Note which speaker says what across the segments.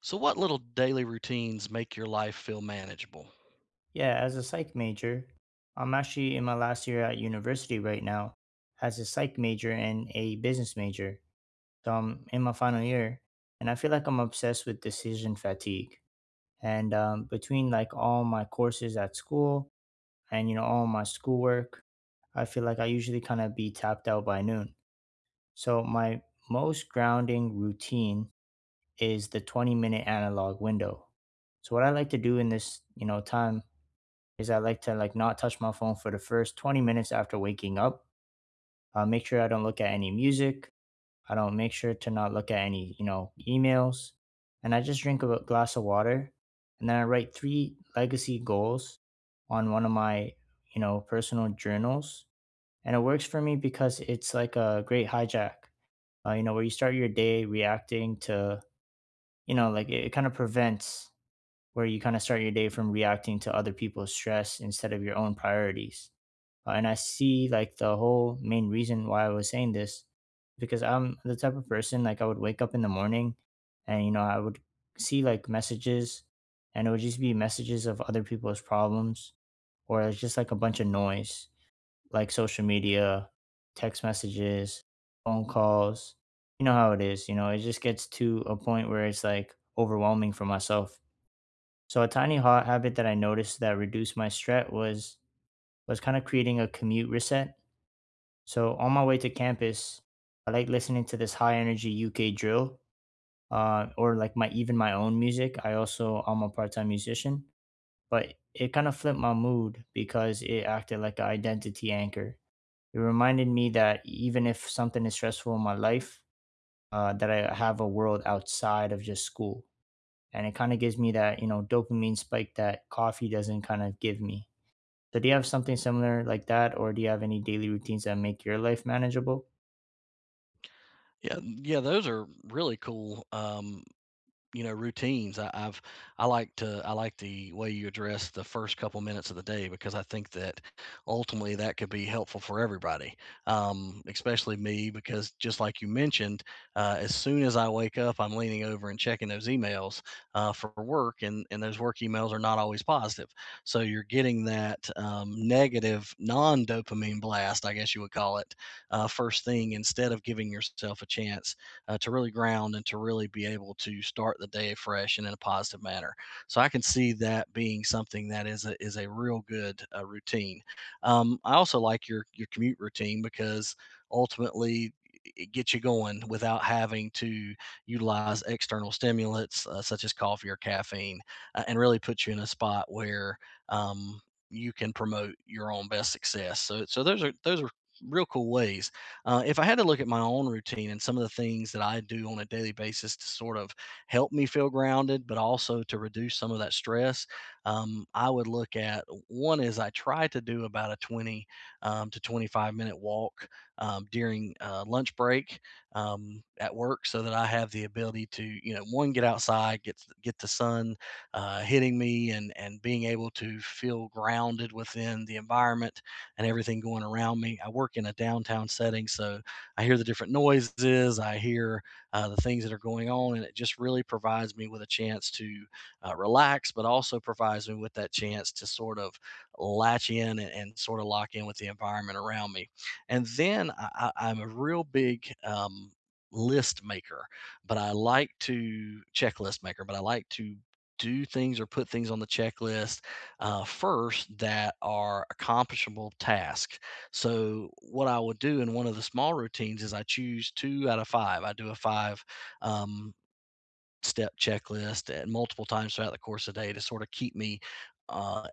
Speaker 1: So, what little daily routines make your life feel manageable?
Speaker 2: Yeah, as a psych major, I'm actually in my last year at university right now as a psych major and a business major. So I'm in my final year and I feel like I'm obsessed with decision fatigue. And between like all my courses at school and, you know, all my schoolwork, I feel like I usually kind of be tapped out by noon. So my most grounding routine is the 20-minute analog window. So what I like to do in this, you know, time is I like to like not touch my phone for the first 20 minutes after waking up. Make sure I don't look at any music. I don't make sure to not look at any, you know, emails. And I just drink a glass of water. And then I write three legacy goals on one of my, you know, personal journals. And it works for me because it's like a great hijack, you know, where you start your day reacting to, you know, like it kind of prevents where you kind of start your day from reacting to other people's stress instead of your own priorities. And I see like the whole main reason why I was saying this because I'm the type of person like I would wake up in the morning and you know I would see like messages and it would just be messages of other people's problems or it's just like a bunch of noise like social media, text messages, phone calls. You know how it is, you know, it just gets to a point where it's like overwhelming for myself. So a tiny ha habit that I noticed that reduced my stress was kind of creating a commute reset. So on my way to campus, I like listening to this high energy UK drill, or like my even my own music. I also I'm a part time musician, but it kind of flipped my mood because it acted like an identity anchor. It reminded me that even if something is stressful in my life, that I have a world outside of just school, and it kind of gives me that you know dopamine spike that coffee doesn't kind of give me. So do you have something similar like that, or do you have any daily routines that make your life manageable?
Speaker 1: Yeah, yeah, those are really cool. You know routines I've I like the way you address the first couple minutes of the day because I think that ultimately that could be helpful for everybody, especially me because just like you mentioned, as soon as I wake up I'm leaning over and checking those emails for work, and those work emails are not always positive, so you're getting that negative non-dopamine blast, I guess you would call it, first thing instead of giving yourself a chance to really ground and to really be able to start the day fresh and in a positive manner. So I can see that being something that is a real good routine. I also like your commute routine because ultimately it gets you going without having to utilize external stimulants such as coffee or caffeine, and really puts you in a spot where, um, you can promote your own best success. So those are real cool ways. If I had to look at my own routine and some of the things that I do on a daily basis to sort of help me feel grounded, but also to reduce some of that stress, I would look at one is I try to do about a 20, to 25 minute walk, during lunch break at work, so that I have the ability to, you know, one, get outside, get the sun hitting me, and being able to feel grounded within the environment and everything going around me. I work in a downtown setting, so I hear the different noises, I hear the things that are going on, and it just really provides me with a chance to relax, but also provides me with that chance to sort of latch in, and sort of lock in with the environment around me. And then I- I'm a real big list maker, but I like to checklist maker, but I like to do things or put things on the checklist first that are accomplishable tasks. So, what I would do in one of the small routines is I choose two out of five. I do a five, um, step checklist and multiple times throughout the course of the day to sort of keep me. Uh,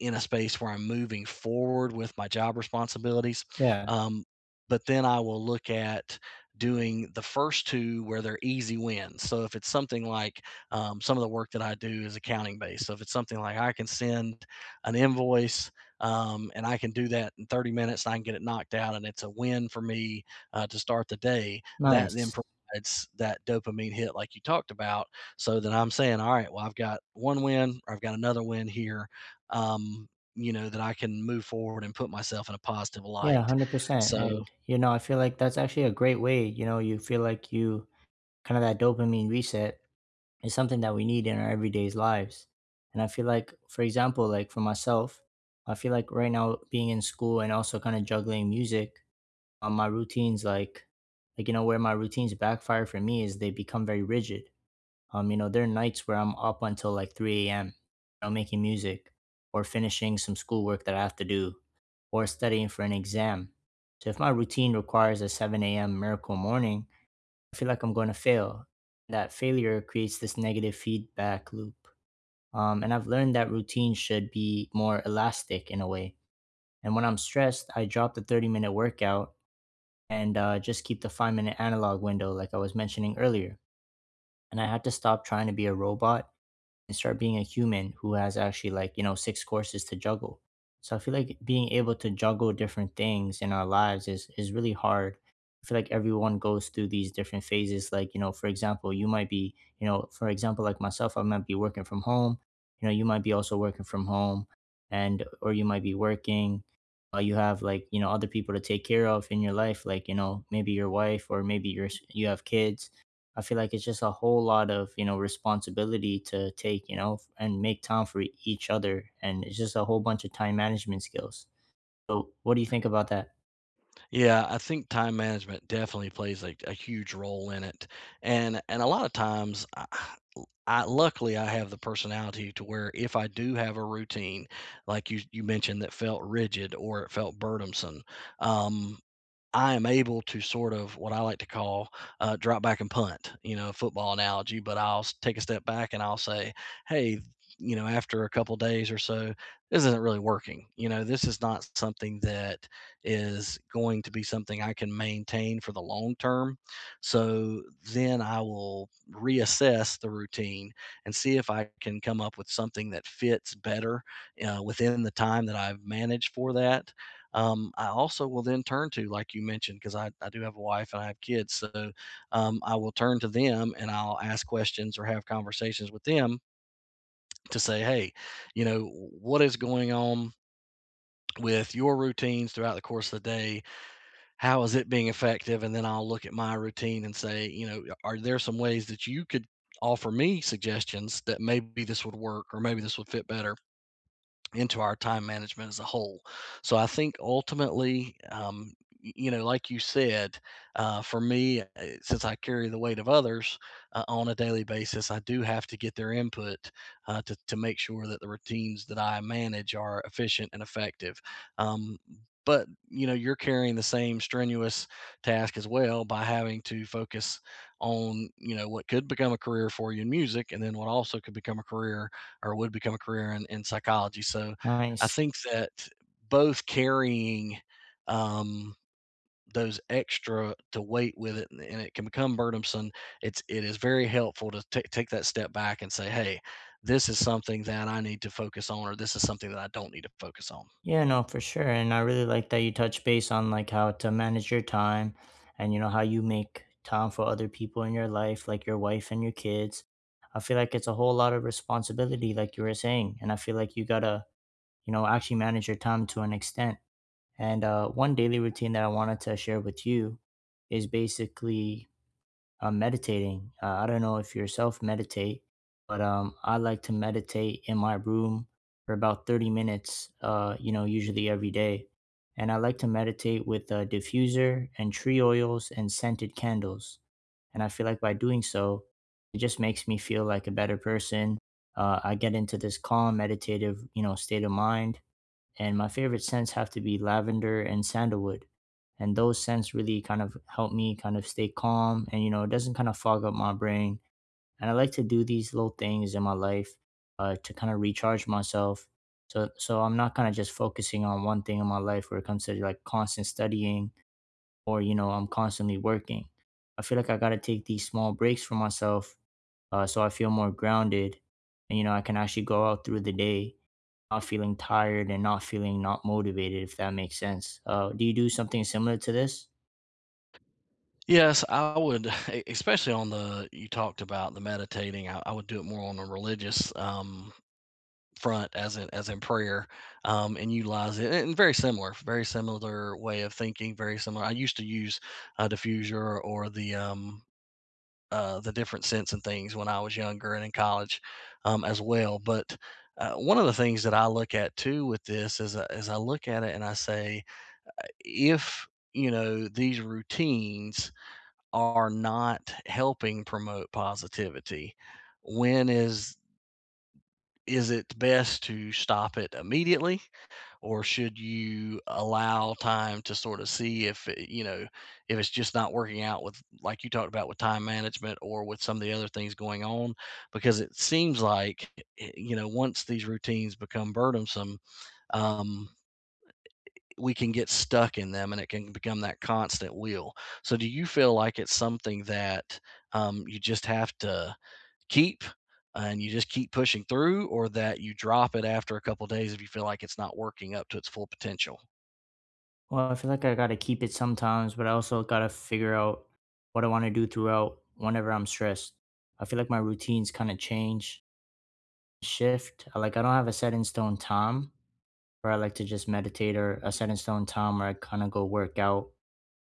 Speaker 1: in a space where I'm moving forward with my job responsibilities.
Speaker 2: Yeah,
Speaker 1: Um, but then I will look at doing the first two where they're easy wins. So if it's something like, some of the work that I do is accounting based. So if it's something like I can send an invoice, and I can do that in 30 minutes and I can get it knocked out and it's a win for me to start the day, that then
Speaker 2: nice.
Speaker 1: provides that dopamine hit like you talked about. So then I'm saying, all right, well, I've got one win or I've got another win here, um, you know, that I can move forward and put myself in a positive
Speaker 2: Yeah,
Speaker 1: light.
Speaker 2: 100%.
Speaker 1: So,
Speaker 2: And, you know, I feel like that's actually a great way. You know, you feel like you kind of that dopamine reset is something that we need in our everyday's lives. And I feel like, for example, like for myself, I feel like right now being in school and also kind of juggling music on my routines, you know, where my routines backfire for me is they become very rigid. You know, there are nights where I'm up until like 3 a.m. You know, making music or finishing some schoolwork that I have to do or studying for an exam. So if my routine requires a 7 a.m. miracle morning, I feel like I'm going to fail. That failure creates this negative feedback loop. And I've learned that routine should be more elastic in a way. And when I'm stressed, I drop the 30-minute workout and just keep the 5 minute analog window, like I was mentioning earlier. And I had to stop trying to be a robot and start being a human who has actually like you know six courses to juggle. So I feel like being able to juggle different things in our lives is really hard. I feel like everyone goes through these different phases like you know for example you might be you know for example like myself I might be working from home, you know you might be also working from home, and or you might be working, you have like you know other people to take care of in your life like you know maybe your wife or maybe your you have kids. I feel like it's just a whole lot of, you know, responsibility to take, you know, and make time for each other. And it's just a whole bunch of time management skills. So, what do you think about that?
Speaker 1: yeah, I think time management definitely plays a huge role in it. And a lot of times I luckily I have the personality to where if I do have a routine, like you mentioned, that felt rigid or it felt burdensome, um, I am able to sort of what I like to call drop back and punt, you know, football analogy, but take a step back and I'll say, hey, you know, after a couple days or so, this isn't really working. You know, this is not something that is going to be something I can maintain for the long term. So then I will reassess the routine and see if I can come up with something that fits better within the time that I've managed for that. I also will then turn to, like you mentioned, because I do have a wife and I have kids. So, I will turn to them and I'll ask questions or have conversations with them to say, hey, you know, what is going on with your routines throughout the course of the day? How is it being effective? And then I'll look at my routine and say, you know, are there some ways that you could offer me suggestions that maybe this would work or maybe this would fit better into our time management as a whole. So I think ultimately, you know, like you said, for me, since I carry the weight of others on a daily basis, I do have to get their input to make sure that the routines that I manage are efficient and effective. Um, but you know you're carrying the same strenuous task as well by having to focus on you know what could become a career for you in music and then what also could become a career or would become a career in psychology. So I
Speaker 2: Nice.
Speaker 1: think that both carrying, um, those extra to weight with it, and it can become burdensome. It is very helpful to take that step back and say, hey, this is something that I need to focus on, or this is something that I don't need to focus on.
Speaker 2: Yeah, no, for sure. And I really like that you touch base on like how to manage your time and, you know, how you make time for other people in your life, like your wife and your kids. I feel like it's a whole lot of responsibility, like you were saying. And I feel like you gotta, you know, actually manage your time to an extent. And one daily routine that I wanted to share with you is basically meditating. I don't know if yourself meditate, but I like to meditate in my room for about 30 minutes, you know, usually every day. And I like to meditate with a diffuser and tree oils and scented candles. And I feel like by doing so, it just makes me feel like a better person. I get into this calm, meditative, you know, state of mind and my favorite scents have to be lavender and sandalwood. And those scents really kind of help me kind of stay calm and, you know, it doesn't kind of fog up my brain. And I like to do these little things in my life to kind of recharge myself. So I'm not kind of just focusing on one thing in my life where it comes to like constant studying or, you know, I'm constantly working. I feel like I got to take these small breaks for myself so I feel more grounded. And you know, I can actually go out through the day, not feeling tired and not feeling not motivated, if that makes sense. Do you do something similar to this?
Speaker 1: Yes, I would, especially on the you talked about the meditating. I would do it more on a religious front, as in prayer, and utilize it and very similar way of thinking, very similar I used to use a diffuser or the different scents and things when I was younger and in college as well, but one of the things that I look at too with this is, I look at it and I say, if you know these routines are not helping promote positivity, when is it best to stop it immediately, or should you allow time to sort of see if you know, if it's just not working out with like you talked about with time management or with some of the other things going on, because it seems like, you know once these routines become burdensome, um we can get stuck in them and it can become that constant wheel. So do you feel like it's something that, you just have to keep and you just keep pushing through, or that you drop it after a couple days if you feel like it's not working up to its full potential?
Speaker 2: Well, I feel like I gotta keep it sometimes, but I also gotta figure out what I want to do throughout whenever I'm stressed. I feel like my routines kind of change, shift. Like I don't have a set in stone time where I like to just meditate or a set in stone time where I kind of go work out.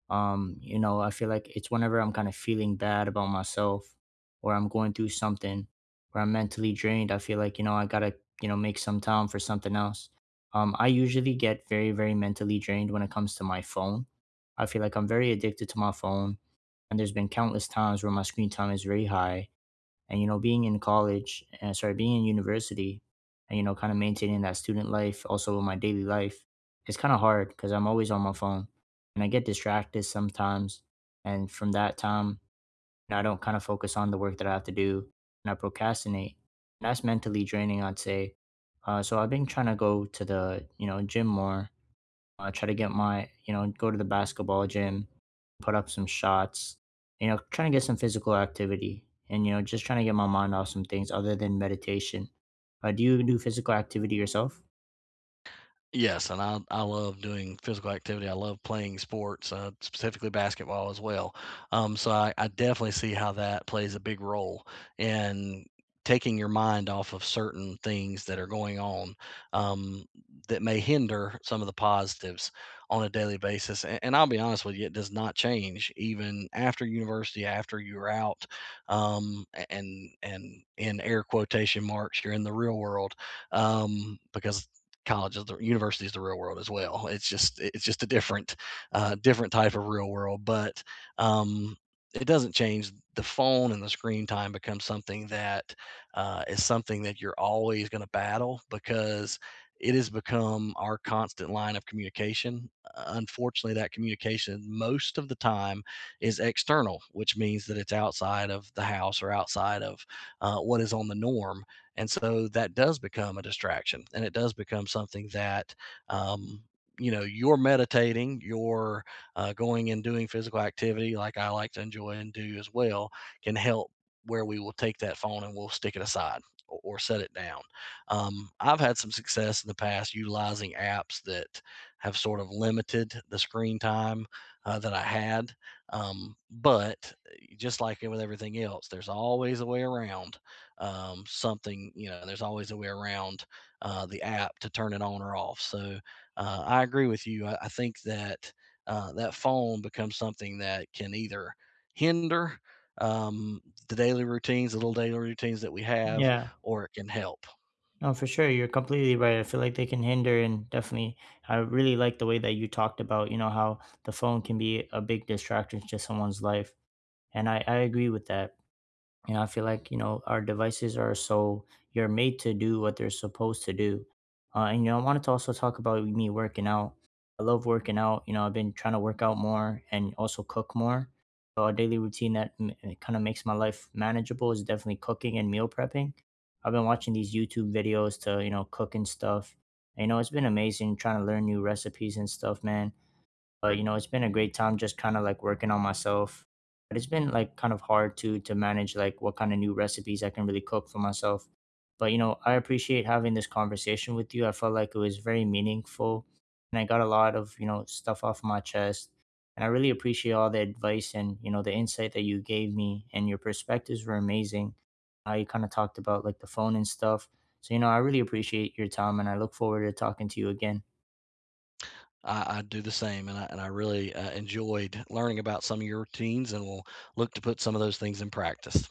Speaker 2: You know I feel like it's whenever I'm kind of feeling bad about myself or I'm going through something or I'm mentally drained, I feel like you know I gotta, you know, make some time for something else. I usually get very very mentally drained when it comes to my phone. I feel like I'm very addicted to my phone and there's been countless times where my screen time is very high. And you know being in college and sorry being in university and you know kind of maintaining that student life also in my daily life, it's kind of hard because I'm always on my phone and I get distracted sometimes. And from that time, you know, I don't kind of focus on the work that I have to do and I procrastinate and that's mentally draining I'd say. So I've been trying to go to the you know gym more. I try to get my you know, go to the basketball gym, put up some shots, you know, trying to get some physical activity and, you know, just trying to get my mind off some things other than meditation. Do you do physical activity yourself?
Speaker 1: Yes, and I love doing physical activity. I love playing sports, specifically basketball as well. So I definitely see how that plays a big role in taking your mind off of certain things that are going on, um, that may hinder some of the positives on a daily basis. And I'll be honest with you, it does not change even after university, after you're out, and in air quotation marks, you're in the real world, because college is the university is the real world as well. It's just a different different type of real world, but, um, it doesn't change. The phone and the screen time becomes something that is something that you're always going to battle because it has become our constant line of communication. Unfortunately, that communication most of the time is external, which means that it's outside of the house or outside of what is on the norm. And so that does become a distraction and it does become something that, um, you know, you're meditating, you're, going and doing physical activity like I like to enjoy and do as well, can help where we will take that phone and we'll stick it aside, or set it down. I've had some success in the past utilizing apps that have sort of limited the screen time that I had. But just like with everything else, there's always a way around, something, you know, there's always a way around the app to turn it on or off. So I agree with you. I think that that phone becomes something that can either hinder, um, the daily routines, the little daily routines that we have,
Speaker 2: Yeah,
Speaker 1: or it can help.
Speaker 2: no, for sure. You're completely right. I feel like they can hinder and definitely, I really like the way that you talked about, you know, how the phone can be a big distraction to someone's life. And I agree with that. And I feel like, you know, our devices are so you're made to do what they're supposed to do. And, you know, I wanted to also talk about me working out. I love working out. You know, I've been trying to work out more and also cook more. So a daily routine that kind of makes my life manageable is definitely cooking and meal prepping. I've been watching these YouTube videos to, you know, cook and stuff. And, you know, it's been amazing trying to learn new recipes and stuff, man. But you know, it's been a great time just kind of like working on myself. But it's been like kind of hard to manage like what kind of new recipes I can really cook for myself. But you know, I appreciate having this conversation with you. I felt like it was very meaningful and I got a lot of, you know, stuff off my chest. And I really appreciate all the advice and, you know, the insight that you gave me and your perspectives were amazing. How you kind of talked about like the phone and stuff. So, you know, I really appreciate your time and I look forward to talking to you again.
Speaker 1: I do the same, and I really enjoyed learning about some of your routines, and will look to put some of those things in practice.